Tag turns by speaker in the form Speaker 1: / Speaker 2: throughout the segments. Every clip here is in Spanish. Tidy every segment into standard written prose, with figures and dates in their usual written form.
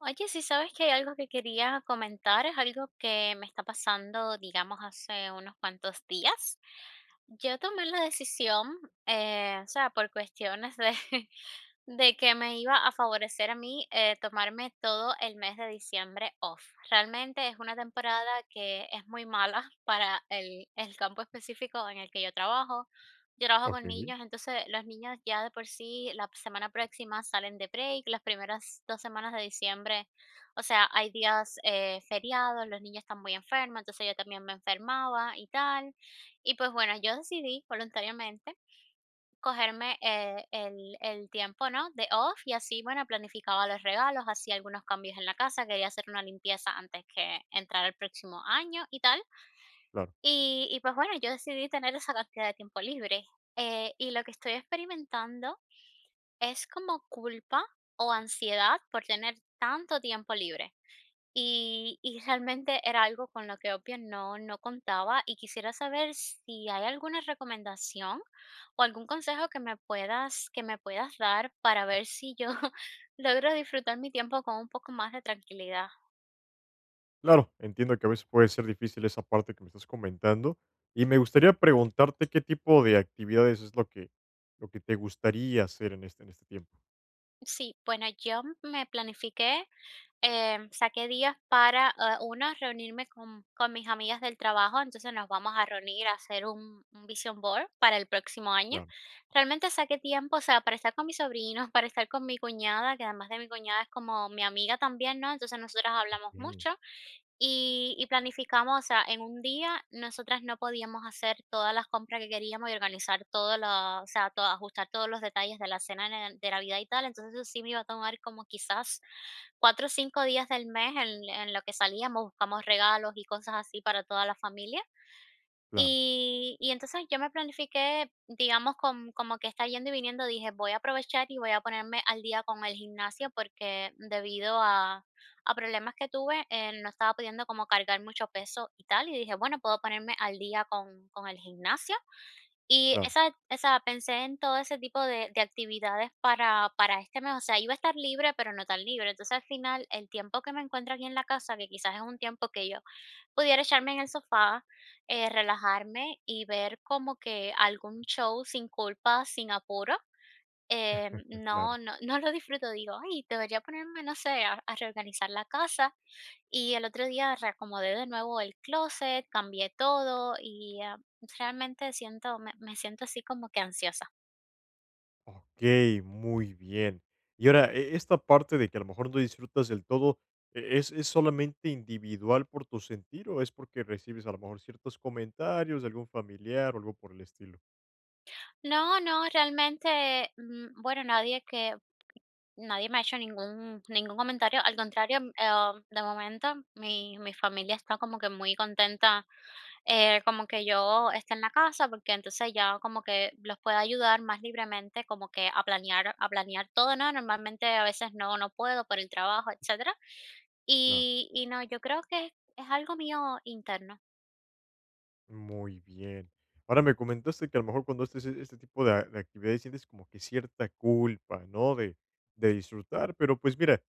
Speaker 1: Oye, sí sabes que hay algo que quería comentar, es algo que me está pasando, digamos, hace unos cuantos días. Yo tomé la decisión, o sea, por cuestiones de, de que me iba a favorecer a mí tomarme todo el mes de diciembre off. Realmente es una temporada que es muy mala para el campo específico en el que yo trabajo. Yo trabajo con
Speaker 2: Okey,
Speaker 1: niños, entonces los niños ya de por sí la semana próxima salen de break, las primeras 2 semanas de diciembre, o sea, hay días, feriados, los niños están muy enfermos, entonces yo también me enfermaba y tal. Y pues bueno, yo decidí voluntariamente cogerme, el el tiempo, ¿no?, de off y así, bueno, planificaba los regalos, hacía algunos cambios en la casa, quería hacer una limpieza antes que entrar el próximo año y tal.
Speaker 2: claro.
Speaker 1: Y pues bueno, yo decidí tener esa cantidad de tiempo libre, y lo que estoy experimentando es como culpa o ansiedad por tener tanto tiempo libre, y realmente era algo con lo que obvio no contaba, y quisiera saber si hay alguna recomendación o algún consejo que me puedas dar para ver si yo logro disfrutar mi tiempo con un poco más de tranquilidad.
Speaker 2: Claro, entiendo que a veces puede ser difícil esa parte que me estás comentando, y me gustaría preguntarte qué tipo de actividades es lo que te gustaría hacer en este tiempo.
Speaker 1: Sí, bueno, yo me planifiqué. Saqué días para, una, reunirme con mis amigas del trabajo, entonces nos vamos a reunir a hacer un vision board para el próximo año.
Speaker 2: Claro,
Speaker 1: Realmente saqué tiempo, o sea, para estar con mis sobrinos, para estar con mi cuñada, que además de mi cuñada es como mi amiga también, ¿no? Entonces nosotras hablamos
Speaker 2: okey,
Speaker 1: mucho y planificamos, o sea, en un día nosotras no podíamos hacer todas las compras que queríamos y organizar todo lo, o sea, todo, ajustar todos los detalles de la cena de Navidad y tal, entonces eso sí me iba a tomar como quizás cuatro o cinco días del mes en lo que salíamos, buscamos regalos y cosas así para toda la familia.
Speaker 2: claro,
Speaker 1: Y entonces yo me planifiqué, digamos, como que está yendo y viniendo, dije: "Voy a aprovechar y voy a ponerme al día con el gimnasio", porque debido a problemas que tuve, no estaba pudiendo como cargar mucho peso y tal, y dije: "Bueno, puedo ponerme al día con el gimnasio". Y
Speaker 2: claro,
Speaker 1: esa esa pensé en todo ese tipo de actividades para este mes, o sea, iba a estar libre, pero no tan libre. Entonces, al final, el tiempo que me encuentro aquí en la casa, que quizás es un tiempo que yo pudiera echarme en el sofá, relajarme y ver como que algún show sin culpa, sin apuro.
Speaker 2: claro.
Speaker 1: No lo disfruto, digo, ay, debería ponerme, no sé, a reorganizar la casa. Y el otro día reacomodé de nuevo el closet, cambié todo y realmente siento, me siento así como que ansiosa.
Speaker 2: Okey, muy bien. Y ahora, esta parte de que a lo mejor no disfrutas del todo, es solamente individual por tu sentir, o es porque recibes a lo mejor ciertos comentarios de algún familiar o algo por el estilo?
Speaker 1: No, no, realmente, bueno, nadie me ha hecho ningún comentario, al contrario, de momento mi familia está como que muy contenta, como que yo esté en la casa, porque entonces ya como que los puedo ayudar más libremente, como que a planear todo, ¿no? Normalmente a veces no puedo por el trabajo, etcétera.
Speaker 2: Claro.
Speaker 1: Y no, yo creo que es algo mío interno.
Speaker 2: Muy bien. Ahora me comentaste que a lo mejor cuando haces este tipo de, de actividades sientes como que cierta culpa, ¿no? De disfrutar, pero pues mira,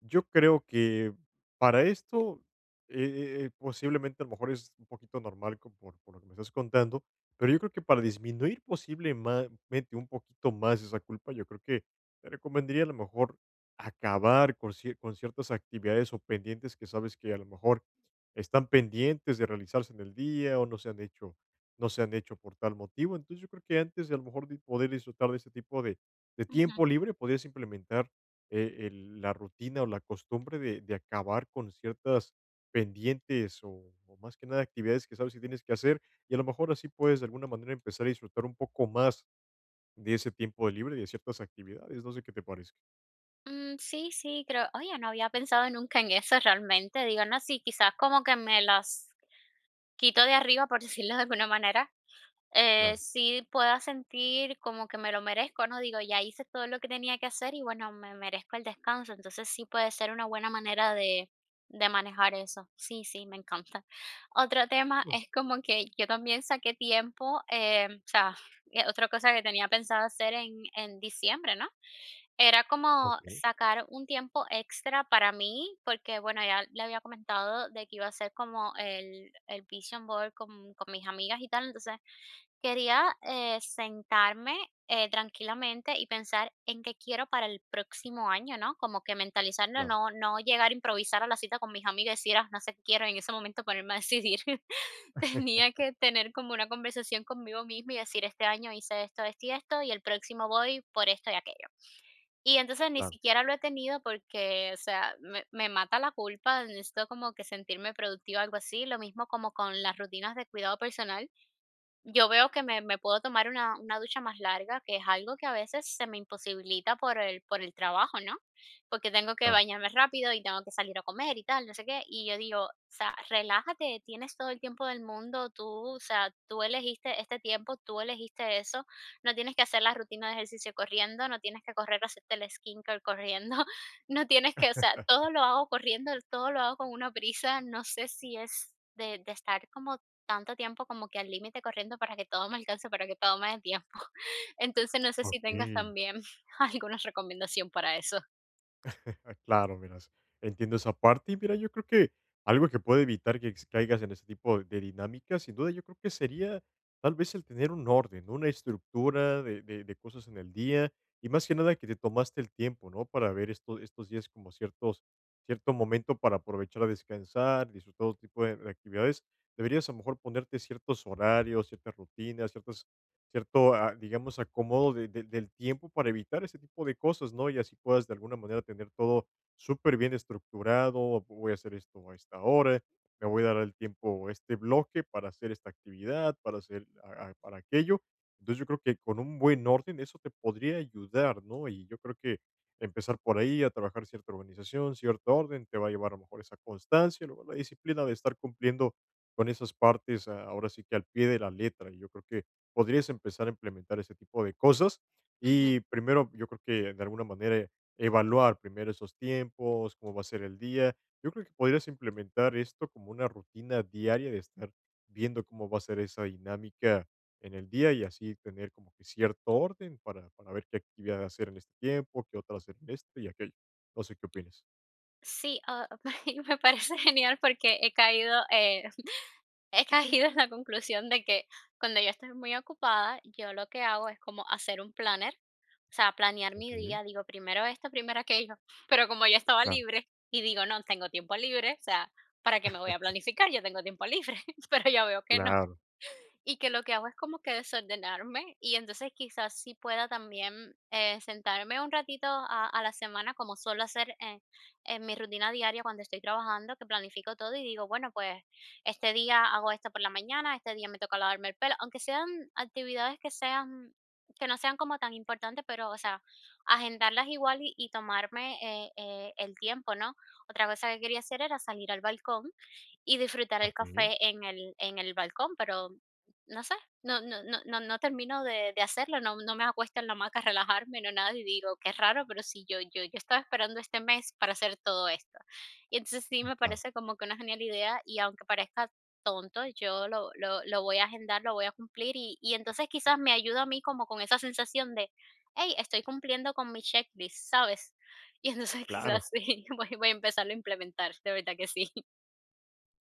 Speaker 2: yo creo que para esto, posiblemente a lo mejor es un poquito normal por lo que me estás contando, pero yo creo que para disminuir posiblemente un poquito más esa culpa, yo creo que te recomendaría a lo mejor acabar con, con ciertas actividades o pendientes que sabes que a lo mejor están pendientes de realizarse en el día o no se han hecho, no se han hecho por tal motivo. Entonces yo creo que antes de a lo mejor de poder disfrutar de ese tipo de
Speaker 1: Ujú.
Speaker 2: tiempo libre, podrías implementar la rutina o la costumbre de acabar con ciertas pendientes o más que nada actividades que sabes que tienes que hacer y a lo mejor así puedes de alguna manera empezar a disfrutar un poco más de ese tiempo de libre y de ciertas actividades. No sé qué te parezca.
Speaker 1: Sí, sí, creo, oye, no había pensado nunca en eso realmente, digo, no, sí, quizás como que me las quito de arriba, por decirlo de alguna manera.
Speaker 2: Claro,
Speaker 1: Sí pueda sentir como que me lo merezco, ¿no? Digo, ya hice todo lo que tenía que hacer y bueno, me merezco el descanso. Entonces sí puede ser una buena manera de manejar eso. Sí, sí, me encanta. Otro tema
Speaker 2: claro,
Speaker 1: es como que yo también saqué tiempo, o sea, otra cosa que tenía pensado hacer en diciembre, ¿no? Era como
Speaker 2: ok,
Speaker 1: sacar un tiempo extra para mí, porque bueno, ya le había comentado de que iba a hacer como el vision board con mis amigas y tal, entonces quería, sentarme, tranquilamente y pensar en qué quiero para el próximo año, ¿no? Como que mentalizarlo,
Speaker 2: claro,
Speaker 1: no llegar a improvisar a la cita con mis amigas y decir: "Ah, no sé qué quiero", y en ese momento ponerme a decidir. Tenía que tener como una conversación conmigo misma y decir: "Este año hice esto, esto y esto, y el próximo voy por esto y aquello". Y entonces ni
Speaker 2: claro,
Speaker 1: siquiera lo he tenido porque, o sea, me mata la culpa, necesito como que sentirme productiva, algo así. Lo mismo como con las rutinas de cuidado personal. Yo veo que me puedo tomar una ducha más larga, que es algo que a veces se me imposibilita por el trabajo, ¿no? Porque tengo que
Speaker 2: claro,
Speaker 1: bañarme rápido y tengo que salir a comer y tal, no sé qué. Y yo digo, o sea, relájate, tienes todo el tiempo del mundo, tú, o sea, tú elegiste este tiempo, tú elegiste eso, no tienes que hacer la rutina de ejercicio corriendo, no tienes que correr a hacerte el skincare corriendo, no tienes que, o sea, todo lo hago corriendo, todo lo hago con una prisa, no sé si es de estar como tanto tiempo como que al límite corriendo para que todo me alcance, para que todo me dé tiempo. Entonces, no sé si
Speaker 2: ok.
Speaker 1: tengas también alguna recomendación para eso.
Speaker 2: Claro, mira, entiendo esa parte. Y mira, yo creo que algo que puede evitar que caigas en ese tipo de dinámicas, sin duda, yo creo que sería tal vez el tener un orden, ¿no? Una estructura de, de cosas en el día y más que nada que te tomaste el tiempo, ¿no? Para ver estos días como ciertos, cierto momento para aprovechar a descansar, disfrutar todo tipo de actividades. Deberías a lo mejor ponerte ciertos horarios, ciertas rutinas, ciertas cierto, ah, digamos, acomodo del tiempo para evitar ese tipo de cosas, ¿no? Y así puedas de alguna manera tener todo súper bien estructurado, voy a hacer esto a esta hora, me voy a dar el tiempo, este bloque para hacer esta actividad, para hacer para aquello. Entonces yo creo que con un buen orden eso te podría ayudar, ¿no? Y yo creo que empezar por ahí a trabajar cierta organización, cierto orden, te va a llevar a lo mejor esa constancia, luego la disciplina de estar cumpliendo con esas partes ahora sí que al pie de la letra. Y yo creo que podrías empezar a implementar ese tipo de cosas.
Speaker 1: Ujú.
Speaker 2: Y primero, yo creo que de alguna manera evaluar primero esos tiempos, cómo va a ser el día. Yo creo que podrías implementar esto como una rutina diaria de estar viendo cómo va a ser esa dinámica en el día y así tener como que cierto orden para ver qué actividad hacer en este tiempo, qué otra hacer en este y aquello. No sé qué opinas.
Speaker 1: Sí, y me parece genial porque he caído, he caído en la conclusión de que cuando yo estoy muy ocupada, yo lo que hago es como hacer un planner, o sea, planear
Speaker 2: Ok,
Speaker 1: mi día, digo primero esto, primero aquello, pero como yo estaba
Speaker 2: claro,
Speaker 1: libre y digo, no, tengo tiempo libre, o sea, ¿para qué me voy a planificar? Yo tengo tiempo libre, pero ya veo que no.
Speaker 2: claro,
Speaker 1: Y que lo que hago es como que desordenarme y entonces quizás sí pueda también sentarme un ratito a la semana como suelo hacer en mi rutina diaria cuando estoy trabajando, que planifico todo y digo, bueno, pues este día hago esto por la mañana, este día me toca lavarme el pelo, aunque sean actividades que sean que no sean como tan importantes, pero, o sea, agendarlas igual y tomarme el tiempo, ¿no? Otra cosa que quería hacer era salir al balcón y disfrutar el
Speaker 2: ok,
Speaker 1: café en el balcón, pero no sé, no termino de hacerlo, no me acuesto en la hamaca a relajarme, no nada, y digo: "Qué raro, pero si yo yo estaba esperando este mes para hacer todo esto". Y entonces sí me
Speaker 2: claro,
Speaker 1: parece como que una genial idea, y aunque parezca tonto, yo lo voy a agendar, lo voy a cumplir, y entonces quizás me ayuda a mí como con esa sensación de: "Hey, estoy cumpliendo con mi checklist", ¿sabes? Y entonces
Speaker 2: claro.
Speaker 1: quizás sí, voy a empezarlo a implementar, de verdad que sí.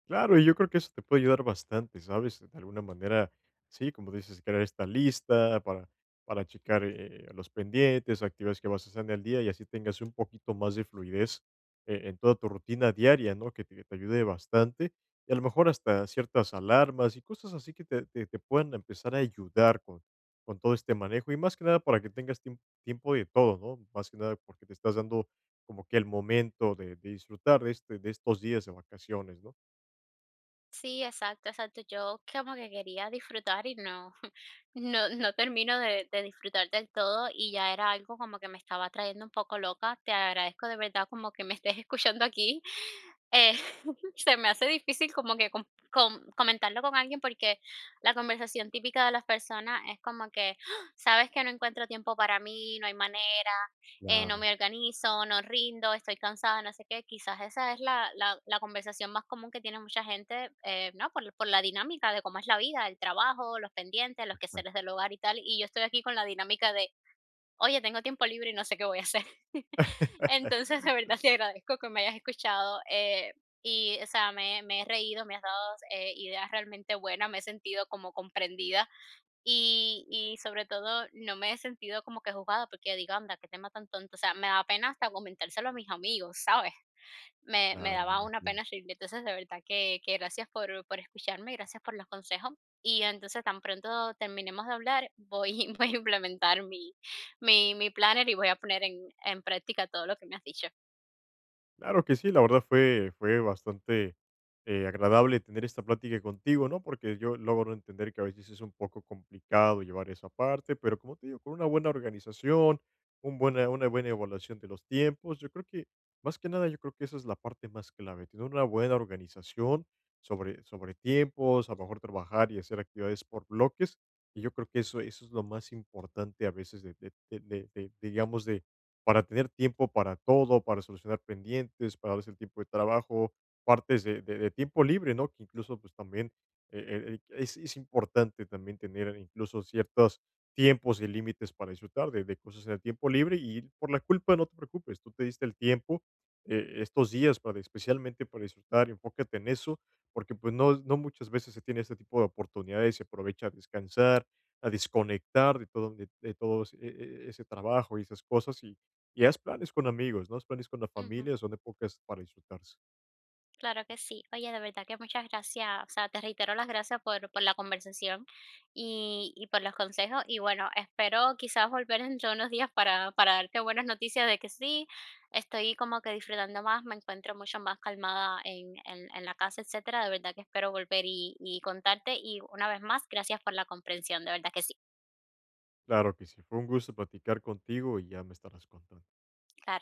Speaker 2: Claro, y yo creo que eso te puede ayudar bastante, ¿sabes? De alguna manera, sí, como dices, crear esta lista para checar los pendientes, actividades que vas a hacer en el día y así tengas un poquito más de fluidez en toda tu rutina diaria, ¿no? Que te ayude bastante y a lo mejor hasta ciertas alarmas y cosas así que te, te puedan empezar a ayudar con todo este manejo y más que nada para que tengas tiempo de todo, ¿no? Más que nada porque te estás dando como que el momento de disfrutar de, este, de estos días de vacaciones, ¿no?
Speaker 1: Sí, exacto, exacto. Yo como que quería disfrutar y no, no, no termino de disfrutar del todo y ya era algo como que me estaba trayendo un poco loca. Te agradezco de verdad como que me estés escuchando aquí. Eh, se me hace difícil como que comentarlo con alguien porque la conversación típica de las personas es como que: "Ah, sabes que no encuentro tiempo para mí, no hay manera, no
Speaker 2: Claro,
Speaker 1: me organizo, no rindo, estoy cansada, no sé qué". Quizás esa es la conversación más común que tiene mucha gente, ¿no? Por la dinámica de cómo es la vida, el trabajo, los pendientes, los quehaceres
Speaker 2: exacto.
Speaker 1: del hogar y tal. Y yo estoy aquí con la dinámica de, oye, tengo tiempo libre y no sé qué voy a hacer. Entonces, de verdad, te agradezco que me hayas escuchado. Y, o sea, me he reído, me has dado ideas realmente buenas, me he sentido como comprendida y sobre todo, no me he sentido como que juzgada, porque yo digo: "Anda, qué tema tan tonto". O sea, me daba pena hasta comentárselo a mis amigos, ¿sabes? Me
Speaker 2: Claro, me
Speaker 1: daba una
Speaker 2: imagino.
Speaker 1: pena horrible. Entonces, de verdad que gracias por escucharme, gracias por los consejos. Y entonces, tan pronto terminemos de hablar, voy voy a implementar mi planner y voy a poner en práctica todo lo que me has dicho.
Speaker 2: Claro que sí, la verdad fue bastante, agradable tener esta plática contigo, ¿no? Porque yo logro entender que a veces es un poco complicado llevar esa parte, pero como te digo, con una buena organización, un buena una buena evaluación de los tiempos, yo creo que, más que nada, yo creo que esa es la parte más clave, tener una buena organización sobre tiempos, a lo mejor trabajar y hacer actividades por bloques, y yo creo que eso es lo más importante a veces de digamos, de para tener tiempo para todo, para solucionar pendientes, para darse el tiempo de trabajo, partes de, de tiempo libre, ¿no? Que incluso pues también es importante también tener incluso ciertos tiempos y límites para disfrutar de cosas en el tiempo libre y por la culpa no te preocupes, tú te diste el tiempo estos días para especialmente para disfrutar, enfócate en eso, porque pues no, no muchas veces se tiene este tipo de oportunidades, se aprovecha a descansar, a desconectar de todo ese trabajo y esas cosas y haz planes con amigos, no haz planes con la
Speaker 1: Ujú.
Speaker 2: familia, son épocas para disfrutarse.
Speaker 1: Claro que sí. Oye, de verdad que muchas gracias. O sea, te reitero las gracias por la conversación y por los consejos. Y bueno, espero quizás volver dentro de unos días para darte buenas noticias de que sí, estoy como que disfrutando más, me encuentro mucho más calmada en la casa, etcétera. De verdad que espero volver y contarte. Y una vez más, gracias por la comprensión. De verdad que sí.
Speaker 2: Claro que sí, fue un gusto platicar contigo y ya me estarás contando.
Speaker 1: Claro.